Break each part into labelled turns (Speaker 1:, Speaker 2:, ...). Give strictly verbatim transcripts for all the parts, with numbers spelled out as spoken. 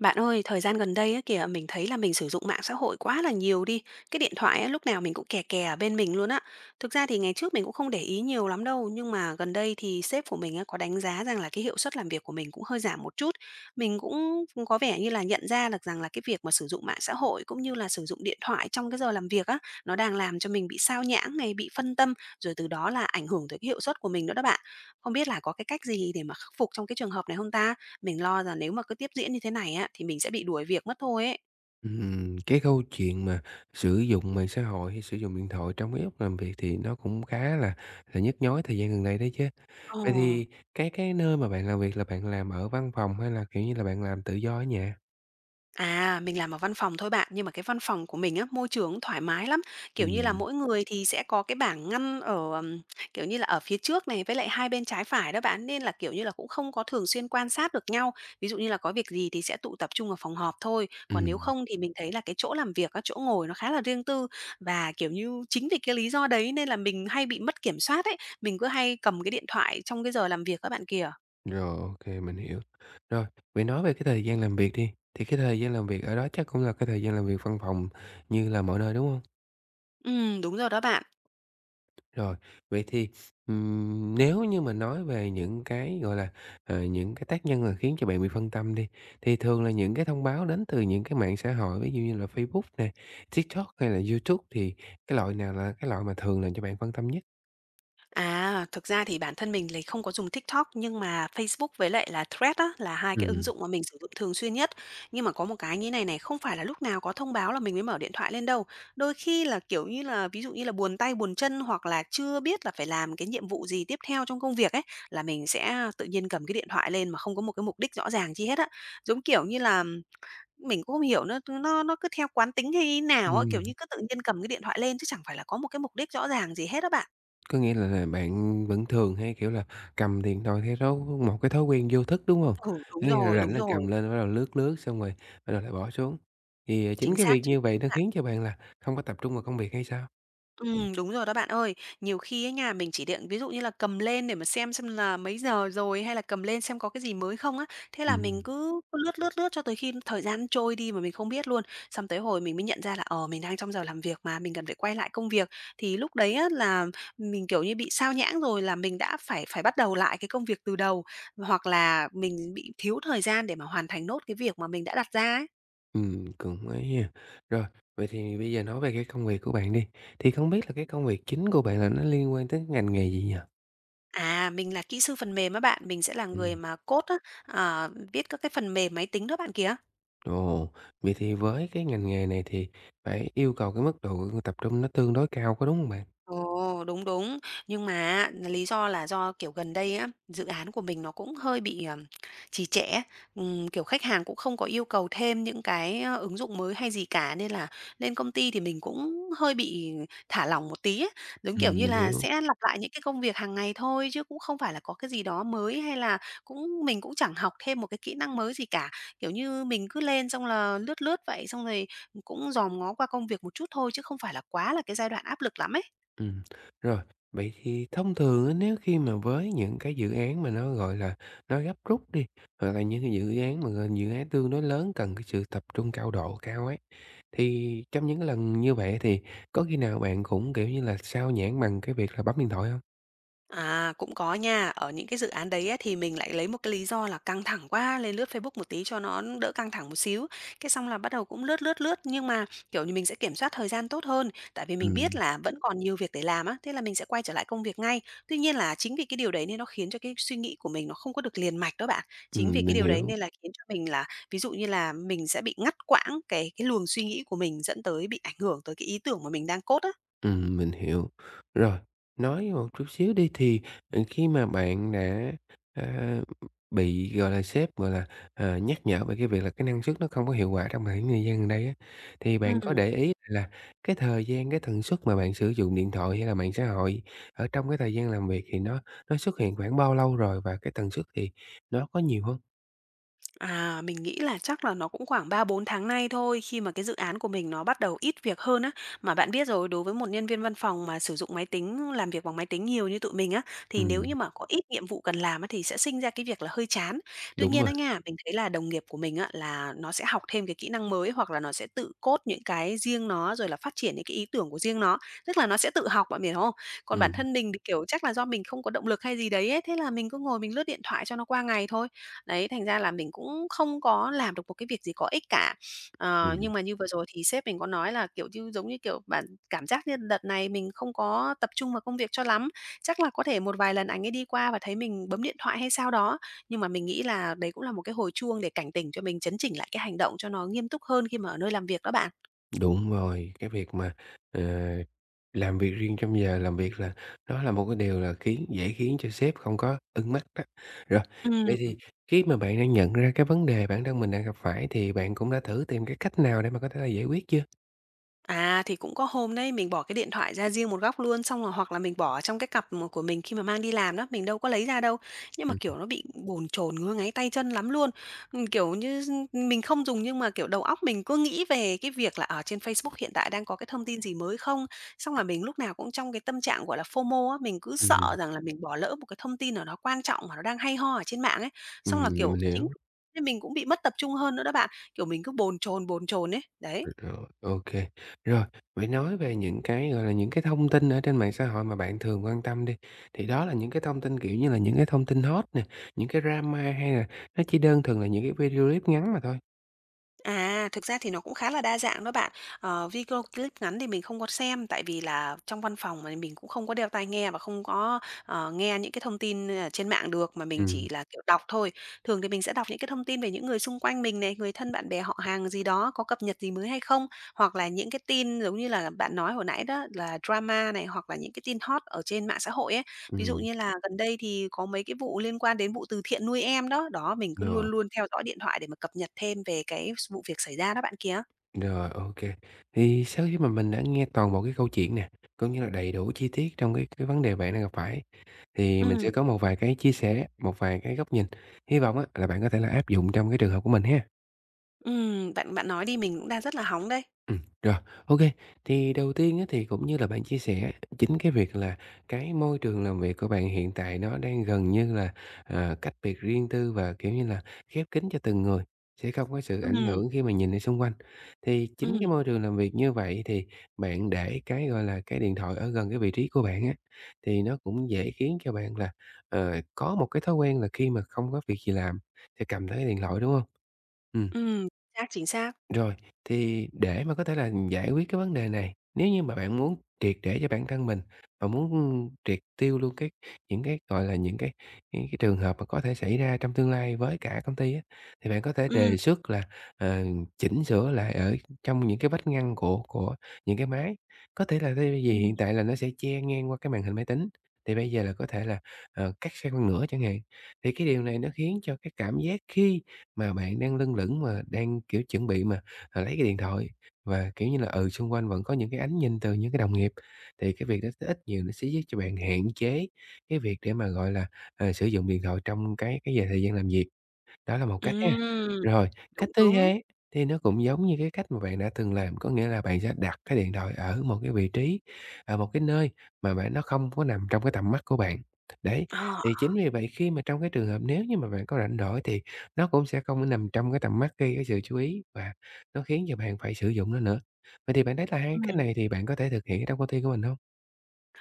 Speaker 1: Bạn ơi, thời gian gần đây á kìa, mình thấy là mình sử dụng mạng xã hội quá là nhiều đi. Cái điện thoại á, lúc nào mình cũng kè kè ở bên mình luôn á. Thực ra thì ngày trước mình cũng không để ý nhiều lắm đâu, nhưng mà gần đây thì sếp của mình á, có đánh giá rằng là cái hiệu suất làm việc của mình cũng hơi giảm một chút. Mình cũng cũng có vẻ như là nhận ra được rằng là cái việc mà sử dụng mạng xã hội cũng như là sử dụng điện thoại trong cái giờ làm việc á, nó đang làm cho mình bị sao nhãng này, bị phân tâm, rồi từ đó là ảnh hưởng tới cái hiệu suất của mình nữa đó bạn. Không biết là có cái cách gì để mà khắc phục trong cái trường hợp này không ta? Mình lo rằng nếu mà cứ tiếp diễn như thế này á, thì mình sẽ bị đuổi việc mất thôi ấy.
Speaker 2: Ừm, cái câu chuyện mà sử dụng mạng xã hội hay sử dụng điện thoại trong cái lúc làm việc thì nó cũng khá là là nhức nhối thời gian gần đây đấy chứ.
Speaker 1: Ờ.
Speaker 2: Vậy thì cái cái nơi mà bạn làm việc là bạn làm ở văn phòng hay là, kiểu như là, bạn làm tự do ở nhà?
Speaker 1: À, mình làm ở văn phòng thôi bạn, nhưng mà cái văn phòng của mình á, môi trường thoải mái lắm. Kiểu như là,
Speaker 2: Ừm.
Speaker 1: mỗi người thì sẽ có cái bảng ngăn ở, ừm, kiểu như là, ở phía trước này, với lại hai bên trái phải đó bạn, nên là, kiểu như là, cũng không có thường xuyên quan sát được nhau. Ví dụ như là có việc gì thì sẽ tụ tập trung ở phòng họp thôi, còn nếu
Speaker 2: Ừm,
Speaker 1: không thì mình thấy là cái chỗ làm việc các chỗ ngồi nó khá là riêng tư. Và, kiểu như, chính vì cái lý do đấy nên là mình hay bị mất kiểm soát ấy, mình cứ hay cầm cái điện thoại trong cái giờ làm việc các bạn kìa.
Speaker 2: rồi, ok mình hiểu. Rồi, vậy nói về cái thời gian làm việc đi, thì cái thời gian làm việc ở đó chắc cũng là cái thời gian làm việc văn phòng như là mọi nơi, đúng không?
Speaker 1: Ừm, đúng rồi đó bạn.
Speaker 2: Rồi, vậy thì, ừm, nếu như mà nói về những cái, gọi là, ờ, những cái tác nhân mà khiến cho bạn bị phân tâm đi, thì thường là những cái thông báo đến từ những cái mạng xã hội, ví dụ như là Facebook nè, TikTok hay là YouTube thì cái loại nào là cái loại mà thường làm cho bạn phân tâm nhất?
Speaker 1: À, thực ra thì bản thân mình thì không có dùng TikTok nhưng mà Facebook với lại là Threads á, là hai cái ứng
Speaker 2: Ừm.
Speaker 1: dụng mà mình sử dụng thường xuyên nhất. Nhưng mà có một cái như này này, không phải là lúc nào có thông báo là mình mới mở điện thoại lên đâu. Đôi khi là, kiểu như là, ví dụ như là buồn tay buồn chân hoặc là chưa biết là phải làm cái nhiệm vụ gì tiếp theo trong công việc ấy, là mình sẽ tự nhiên cầm cái điện thoại lên mà không có một cái mục đích rõ ràng chi hết á. Giống kiểu như là, mình cũng không hiểu nó nó nó cứ theo quán tính hay như nào á, kiểu
Speaker 2: Ừm,
Speaker 1: như, cứ tự nhiên cầm cái điện thoại lên chứ chẳng phải là có một cái mục đích rõ ràng gì hết á bạn.
Speaker 2: có nghĩa là là bạn vẫn thường hay, kiểu là, cầm điện thoại theo thói một cái thói quen vô thức, đúng không?
Speaker 1: Ừ, đúng
Speaker 2: Có nghĩa là
Speaker 1: rồi, đúng
Speaker 2: rảnh là cầm
Speaker 1: rồi,
Speaker 2: lên bắt đầu lướt lướt xong rồi bắt đầu lại bỏ xuống. Thì, ờ, chính
Speaker 1: chính
Speaker 2: cái
Speaker 1: xác,
Speaker 2: việc
Speaker 1: chính
Speaker 2: như vậy
Speaker 1: xác
Speaker 2: nó
Speaker 1: bạn.
Speaker 2: khiến cho bạn là không có tập trung vào công việc hay sao?
Speaker 1: Ừm, đúng rồi đó bạn ơi. Nhiều khi ấy nha, mình chỉ định ví dụ như là cầm lên để mà xem xem là mấy giờ rồi, hay là cầm lên xem có cái gì mới không á. Thế là mình
Speaker 2: Ừm.
Speaker 1: cứ cứ lướt, lướt, lướt cho tới khi thời gian trôi đi mà mình không biết luôn. Xong tới hồi mình mới nhận ra là, ờ, mình đang trong giờ làm việc mà, mình cần phải quay lại công việc. Thì lúc đấy á là mình, kiểu như, bị sao nhãng rồi là mình đã phải phải bắt đầu lại cái công việc từ đầu, hoặc là mình bị thiếu thời gian để mà hoàn thành nốt cái việc mà mình đã đặt ra ấy.
Speaker 2: Ừ, cũng ấy ha. Rồi, vậy thì bây giờ nói về cái công việc của bạn đi, thì không biết là cái công việc chính của bạn là nó liên quan tới ngành nghề gì nhỉ?
Speaker 1: À, mình là kỹ sư phần mềm á bạn, mình sẽ là
Speaker 2: Ừ.
Speaker 1: người mà code á, ờ, viết các cái phần mềm máy tính đó bạn kìa.
Speaker 2: Ồ, vậy thì với cái ngành nghề này thì phải yêu cầu cái mức độ tập trung nó tương đối cao, có đúng không bạn?
Speaker 1: Ồ, đúng, đúng. Nhưng mà á, lý do là do, kiểu, gần đây á, dự án của mình nó cũng hơi bị, ờm, trì trệ á. Ừm, kiểu, khách hàng cũng không có yêu cầu thêm những cái, ơ, ứng dụng mới hay gì cả, nên là lên công ty thì mình cũng hơi bị thả lỏng một tí á. Giống
Speaker 2: Ừ,
Speaker 1: kiểu như
Speaker 2: mình
Speaker 1: là
Speaker 2: hiểu.
Speaker 1: sẽ lặp lại những cái công việc hàng ngày thôi, chứ cũng không phải là có cái gì đó mới, hay là cũng mình cũng chẳng học thêm một cái kỹ năng mới gì cả. Kiểu như, mình cứ lên xong là lướt lướt vậy, xong rồi cũng dòm ngó qua công việc một chút thôi, chứ không phải là quá là cái giai đoạn áp lực lắm ấy.
Speaker 2: Ừ. Rồi, vậy thì thông thường á, nếu khi mà với những cái dự án mà nó, gọi là, nó gấp rút đi, hoặc là những cái dự án mà, ờ, dự án tương đối lớn cần cái sự tập trung cao độ cao ấy, thì trong những cái lần như vậy thì có khi nào bạn cũng, kiểu như là, xao nhãng bằng cái việc là bấm điện thoại hông?
Speaker 1: À, cũng có nha. Ở những cái dự án đấy á, thì mình lại lấy một cái lý do là căng thẳng quá, lên lướt Facebook một tí cho nó đỡ căng thẳng một xíu. Cái xong là bắt đầu cũng lướt lướt lướt nhưng mà, kiểu như, mình sẽ kiểm soát thời gian tốt hơn, tại vì mình biết
Speaker 2: Ừm,
Speaker 1: là vẫn còn nhiều việc để làm á, thế là mình sẽ quay trở lại công việc ngay. Tuy nhiên là chính vì cái điều đấy nên nó khiến cho cái suy nghĩ của mình nó không có được liền mạch đó bạn. Chính vì
Speaker 2: ừm,
Speaker 1: cái
Speaker 2: mình
Speaker 1: điều đấy
Speaker 2: hiểu,
Speaker 1: nên là khiến cho mình là ví dụ như là mình sẽ bị ngắt quãng cái cái luồng suy nghĩ của mình dẫn tới bị ảnh hưởng tới cái ý tưởng mà mình đang cốt á.
Speaker 2: ừm, mình hiểu. Rồi, nói một chút xíu đi thì, ờ, khi mà bạn đã, à, bị, gọi là, sếp, gọi là, ờ, nhắc nhở về cái việc là cái năng suất nó không có hiệu quả trong khoảng thời gian gần đây á, thì bạn có
Speaker 1: Ừm.
Speaker 2: để ý là cái thời gian, cái tần suất mà bạn sử dụng điện thoại hay là mạng xã hội ở trong cái thời gian làm việc thì nó nó xuất hiện khoảng bao lâu rồi và cái tần suất thì nó có nhiều hông?
Speaker 1: À, mình nghĩ là chắc là nó cũng khoảng ba bốn tháng nay thôi, khi mà cái dự án của mình nó bắt đầu ít việc hơn á. Mà bạn biết rồi, đối với một nhân viên văn phòng mà sử dụng máy tính, làm việc bằng máy tính nhiều như tụi mình á, thì nếu như
Speaker 2: Ừm,
Speaker 1: mà có ít nhiệm vụ cần làm á, thì sẽ sinh ra cái việc là hơi chán. Tuy
Speaker 2: đúng
Speaker 1: nhiên
Speaker 2: rồi,
Speaker 1: á nha, mình thấy là đồng nghiệp của mình á, là nó sẽ học thêm cái kỹ năng mới hoặc là nó sẽ tự code những cái riêng nó rồi là phát triển những cái ý tưởng của riêng nó. Tức là nó sẽ tự học bạn hiểu không? Còn bản
Speaker 2: ừm,
Speaker 1: thân mình thì kiểu chắc là do mình không có động lực hay gì đấy ấy, thế là mình cứ ngồi mình lướt điện thoại cho nó qua ngày thôi. Đấy, thành ra là mình cũng không có làm được một cái việc gì có ích cả. Ờ,
Speaker 2: ừm,
Speaker 1: nhưng mà như vừa rồi thì sếp mình có nói là, kiểu như, giống như kiểu, bạn cảm giác như đợt này mình không có tập trung vào công việc cho lắm, chắc là có thể một vài lần ảnh ấy đi qua và thấy mình bấm điện thoại hay sao đó. Nhưng mà mình nghĩ là đấy cũng là một cái hồi chuông để cảnh tỉnh cho mình chấn chỉnh lại cái hành động cho nó nghiêm túc hơn khi mà ở nơi làm việc đó bạn.
Speaker 2: đúng rồi. Cái việc mà, ờ, làm việc riêng trong giờ làm việc là nó là một cái điều là khiến dễ khiến cho sếp không có ưng mắt đó. Rồi, vậy
Speaker 1: Ừm.
Speaker 2: thì khi mà bạn đang nhận ra cái vấn đề bản thân mình đang gặp phải thì bạn cũng đã thử tìm cái cách nào để mà có thể là giải quyết chưa?
Speaker 1: À, thì cũng có hôm đấy mình bỏ cái điện thoại ra riêng một góc luôn, xong là hoặc là mình bỏ ở trong cái cặp mà của mình khi mà mang đi làm đó, mình đâu có lấy ra đâu. Nhưng mà,
Speaker 2: Ừm,
Speaker 1: kiểu, nó bị bồn chồn, ngứa ngáy tay chân lắm luôn. Ừm, kiểu như, mình không dùng nhưng mà, kiểu, đầu óc mình cứ nghĩ về cái việc là, ở trên Facebook hiện tại đang có cái thông tin gì mới không? Xong là mình lúc nào cũng trong cái tâm trạng, gọi là, FOMO á, mình cứ sợ
Speaker 2: ừm,
Speaker 1: rằng là mình bỏ lỡ một cái thông tin nào đó quan trọng mà nó đang hay ho ở trên mạng ấy. Xong
Speaker 2: ừm,
Speaker 1: là, kiểu,
Speaker 2: mình
Speaker 1: chính
Speaker 2: hiểu.
Speaker 1: nên mình cũng bị mất tập trung hơn nữa đó bạn, kiểu, mình cứ bồn chồn, bồn chồn ấy, đấy.
Speaker 2: Rồi. ô Rồi, vậy nói về những cái, gọi là, những cái thông tin ở trên mạng xã hội mà bạn thường quan tâm đi, thì đó là những cái thông tin, kiểu như là, những cái thông tin hot nè, những cái drama hay là nó chỉ đơn thuần là những cái video clip ngắn mà thôi?
Speaker 1: À, thực ra thì nó cũng khá là đa dạng đó bạn. Ờ, video clip ngắn thì mình không có xem tại vì là trong văn phòng mà mình cũng không có đeo tai nghe và không có, ờ, nghe những cái thông tin, ờ, trên mạng được, mà mình
Speaker 2: Ừ.
Speaker 1: chỉ là, kiểu, đọc thôi. Thường thì mình sẽ đọc những cái thông tin về những người xung quanh mình này, người thân, bạn bè, họ hàng gì đó có cập nhật gì mới hay không, hoặc là những cái tin giống như là bạn nói hồi nãy đó là drama này, hoặc là những cái tin hot ở trên mạng xã hội ấy. Ví dụ
Speaker 2: Ừm,
Speaker 1: như là gần đây thì có mấy cái vụ liên quan đến vụ từ thiện nuôi em đó, đó, mình cứ
Speaker 2: rồi,
Speaker 1: luôn luôn theo dõi điện thoại để mà cập nhật thêm về cái s vụ việc xảy ra đó bạn kia.
Speaker 2: rồi, OK. Thì sau khi mà mình đã nghe toàn bộ cái câu chuyện nè, cũng như là đầy đủ chi tiết trong cái cái vấn đề bạn đang gặp phải, thì mình sẽ
Speaker 1: Ừm,
Speaker 2: có một vài cái chia sẻ, một vài cái góc nhìn. Hy vọng á là bạn có thể là áp dụng trong cái trường hợp của mình ha.
Speaker 1: ừm, bạn bạn nói đi mình cũng đang rất là hóng đây.
Speaker 2: Ừm, rồi, ok, thì đầu tiên á, thì cũng như là bạn chia sẻ, chính cái việc là cái môi trường làm việc của bạn hiện tại nó đang gần như là, à, cách biệt riêng tư và, kiểu như là, khép kín cho từng người, sẽ không có sự ảnh
Speaker 1: Ừm,
Speaker 2: hưởng khi mà nhìn ra xung quanh. Thì chính cái
Speaker 1: ừm,
Speaker 2: môi trường làm việc như vậy thì bạn để cái, gọi là, cái điện thoại ở gần cái vị trí của bạn á, thì nó cũng dễ khiến cho bạn là, ờ, có một cái thói quen là khi mà không có việc gì làm, thì cầm tới cái điện thoại, đúng không? Ừm.
Speaker 1: ừm, chính xác, chính xác.
Speaker 2: Rồi, thì để mà có thể là giải quyết cái vấn đề này, nếu như mà bạn muốn triệt để cho bản thân mình và muốn, triệt tiêu luôn cái những cái, gọi là, những cái những cái trường hợp mà có thể xảy ra trong tương lai với cả công ty á, thì bạn có thể
Speaker 1: Ừm,
Speaker 2: đề xuất là, ờ, chỉnh sửa lại ở trong những cái vách ngăn của của những cái máy. Có thể là thay vì
Speaker 1: ừm,
Speaker 2: hiện tại là nó sẽ che ngang qua cái màn hình máy tính, thì bây giờ là có thể là, ờ, cắt sang phân nửa chẳng hạn. Thì cái điều này nó khiến cho cái cảm giác khi mà bạn đang lưng lững mà đang, kiểu, chuẩn bị mà là lấy cái điện thoại và, kiểu như là, ừ, xung quanh vẫn có những cái ánh nhìn từ những cái đồng nghiệp, thì cái việc đó sẽ ít nhiều nó sẽ giúp cho bạn hạn chế cái việc để mà, gọi là, ờ, sử dụng điện thoại trong cái cái giờ thời gian làm việc. Đó là một cách ha.
Speaker 1: ừm,
Speaker 2: Rồi, cách
Speaker 1: đúng,
Speaker 2: thứ
Speaker 1: đúng.
Speaker 2: hai thì nó cũng giống như cái cách mà bạn đã từng làm, có nghĩa là bạn sẽ đặt cái điện thoại ở một cái vị trí, ở một cái nơi mà bạn nó không có nằm trong cái tầm mắt của bạn. Đấy,
Speaker 1: Ờ,
Speaker 2: thì chính vì vậy khi mà trong cái trường hợp nếu như mà bạn có rảnh rỗi thì nó cũng sẽ không có nằm trong cái tầm mắt gây cái sự chú ý và nó khiến cho bạn phải sử dụng nó nữa. Vậy thì bạn thấy là hai cái
Speaker 1: ừm.
Speaker 2: này thì bạn có thể thực hiện ở trong công ty của mình không?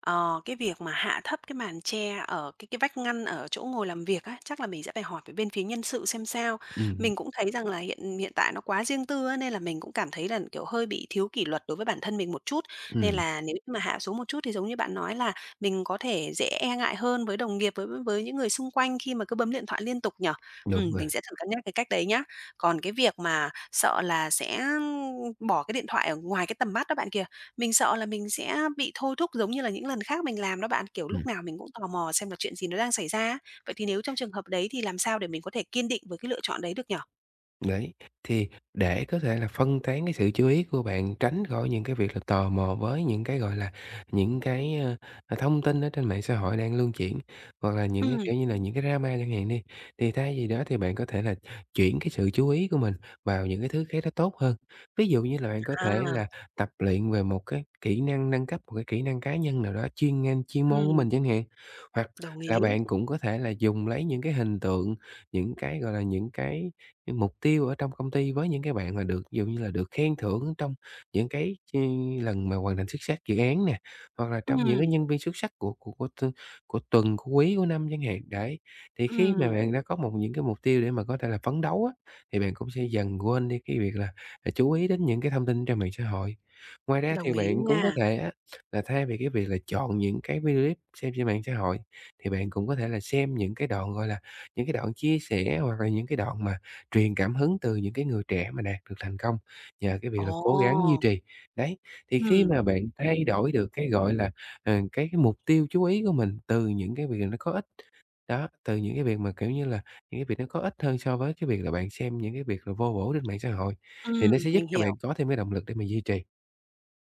Speaker 1: Ờ, cái việc mà hạ thấp cái màn che ở cái cái vách ngăn ở chỗ ngồi làm việc á, chắc là mình sẽ phải hỏi với bên phía nhân sự xem sao.
Speaker 2: Ừm,
Speaker 1: Mình cũng thấy rằng là hiện hiện tại nó quá riêng tư á, nên là mình cũng cảm thấy là, kiểu, hơi bị thiếu kỷ luật đối với bản thân mình một chút. Nên
Speaker 2: ừm,
Speaker 1: là nếu như mà hạ xuống một chút thì giống như bạn nói là mình có thể dễ e ngại hơn với đồng nghiệp, với với những người xung quanh khi mà cứ bấm điện thoại liên tục nhở.
Speaker 2: đúng
Speaker 1: Ừm,
Speaker 2: rồi.
Speaker 1: mình sẽ thử cân nhắc cái cách đấy nhá. Còn cái việc mà sợ là sẽ bỏ cái điện thoại ở ngoài cái tầm mắt đó bạn kia, mình sợ là mình sẽ bị thôi thúc giống như là những lần khác mình làm đó bạn, kiểu, lúc nào mình cũng tò mò xem là chuyện gì nó đang xảy ra á. Vậy thì nếu trong trường hợp đấy thì làm sao để mình có thể kiên định với cái lựa chọn đấy được nhỉ?
Speaker 2: Đấy, thì để có thể là phân tán cái sự chú ý của bạn, tránh khỏi những cái việc là tò mò với những cái, gọi là, những cái, ờ, thông tin ở trên mạng xã hội đang luân chuyển, hoặc là những cái,
Speaker 1: Ừm,
Speaker 2: kiểu như là, những cái drama chẳng hạn đi, thì thay vì đó thì bạn có thể là chuyển cái sự chú ý của mình vào những cái thứ khác nó tốt hơn. Ví dụ như là bạn có
Speaker 1: à,
Speaker 2: thể là tập luyện về một cái kỹ năng, nâng cấp một cái kỹ năng cá nhân nào đó chuyên ngành chuyên môn của
Speaker 1: ừm,
Speaker 2: mình chẳng hạn, hoặc
Speaker 1: đồng
Speaker 2: là
Speaker 1: ý.
Speaker 2: bạn cũng có thể là dùng lấy những cái hình tượng, những cái, gọi là, những cái cái mục tiêu ở trong công ty với những cái bạn mà được ví dụ như là được khen thưởng trong những cái ch lần mà hoàn thành xuất sắc dự án nè, hoặc là trong những cái
Speaker 1: Ừm,
Speaker 2: nhân viên xuất sắc của của của t của tuần, của quý, của năm chẳng hạn. Đấy, thì khi mà
Speaker 1: ừm,
Speaker 2: bạn đã có một những cái mục tiêu để mà có thể là phấn đấu á, thì bạn cũng sẽ dần quên đi cái việc là, à, chú ý đến những cái thông tin trên mạng xã hội. Ngoài ra
Speaker 1: đồng
Speaker 2: thì
Speaker 1: ý
Speaker 2: bạn cũng có
Speaker 1: nha.
Speaker 2: thể á, là thay vì cái việc là chọn những cái video clip xem trên mạng xã hội, thì bạn cũng có thể là xem những cái đoạn, gọi là, những cái đoạn chia sẻ hoặc là những cái đoạn mà truyền cảm hứng từ những cái người trẻ mà đạt được thành công nhờ cái việc là cố gắng duy
Speaker 1: Ồ,
Speaker 2: trì. Đấy, thì khi
Speaker 1: ừm,
Speaker 2: mà bạn thay đổi được cái, gọi là, ờ, cái cái mục tiêu chú ý của mình từ những cái việc nó có ích, đó, từ những cái việc mà, kiểu như là, những cái việc nó có ích hơn so với cái việc là bạn xem những cái việc là vô bổ trên mạng xã hội, thì
Speaker 1: ừm,
Speaker 2: nó sẽ giúp
Speaker 1: mình
Speaker 2: cho
Speaker 1: hiểu.
Speaker 2: bạn có thêm cái động lực để mà duy trì.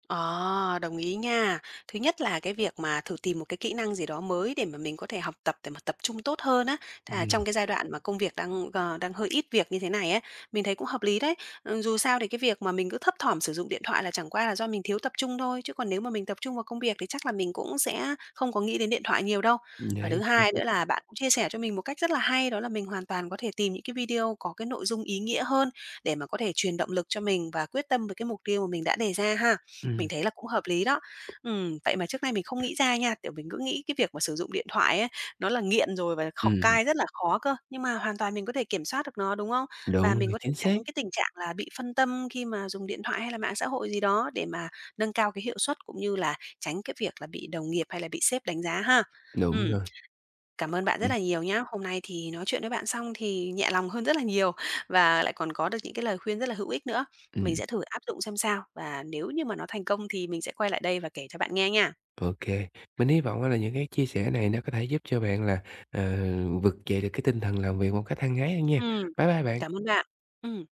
Speaker 1: Ờ, đồng ý nha. Thứ nhất là cái việc mà thử tìm một cái kỹ năng gì đó mới để mà mình có thể học tập để mà tập trung tốt hơn á. Thà
Speaker 2: Ừm,
Speaker 1: trong cái giai đoạn mà công việc đang, ờ, đang hơi ít việc như thế này ấy, mình thấy cũng hợp lý đấy. Ừ, dù sao thì cái việc mà mình cứ thấp thỏm sử dụng điện thoại là chẳng qua là do mình thiếu tập trung thôi, chứ còn nếu mà mình tập trung vào công việc thì chắc là mình cũng sẽ không có nghĩ đến điện thoại nhiều đâu. Và thứ
Speaker 2: đấy, chính
Speaker 1: hai
Speaker 2: xác.
Speaker 1: nữa là bạn cũng chia sẻ cho mình một cách rất là hay, đó là mình hoàn toàn có thể tìm những cái video có cái nội dung ý nghĩa hơn để mà có thể truyền động lực cho mình và quyết tâm với cái mục tiêu mà mình đã đề ra ha. Mình
Speaker 2: Ừm,
Speaker 1: thấy là cũng hợp lý đó. Ừm, vậy mà trước nay mình không nghĩ ra nha, kiểu, mình cứ nghĩ cái việc mà sử dụng điện thoại ấy, nó là nghiện rồi và kh
Speaker 2: ừm,
Speaker 1: cai rất là khó cơ, nhưng mà hoàn toàn mình có thể kiểm soát được nó, đúng không? Và
Speaker 2: đúng
Speaker 1: mình
Speaker 2: rồi,
Speaker 1: có thể
Speaker 2: chính
Speaker 1: tránh
Speaker 2: xác,
Speaker 1: cái tình trạng là bị phân tâm khi mà dùng điện thoại hay là mạng xã hội gì đó để mà nâng cao cái hiệu suất cũng như là tránh cái việc là bị đồng nghiệp hay là bị sếp đánh giá ha.
Speaker 2: đúng
Speaker 1: Ừm.
Speaker 2: rồi.
Speaker 1: Cảm ơn bạn rất
Speaker 2: Ừm,
Speaker 1: là nhiều nhá. Hôm nay thì nói chuyện với bạn xong thì nhẹ lòng hơn rất là nhiều và lại còn có được những cái lời khuyên rất là hữu ích nữa. Mình
Speaker 2: ừm.
Speaker 1: sẽ thử áp dụng xem sao và nếu như mà nó thành công thì mình sẽ quay lại đây và kể cho bạn nghe nha.
Speaker 2: OK, mình hy vọng là những cái chia sẻ này nó có thể giúp cho bạn là, ờ, vực dậy được cái tinh thần làm việc một cách hăng hái hơn nha.
Speaker 1: Ừm,
Speaker 2: Bye bye
Speaker 1: cảm
Speaker 2: bạn.
Speaker 1: ơn bạn. Ừm.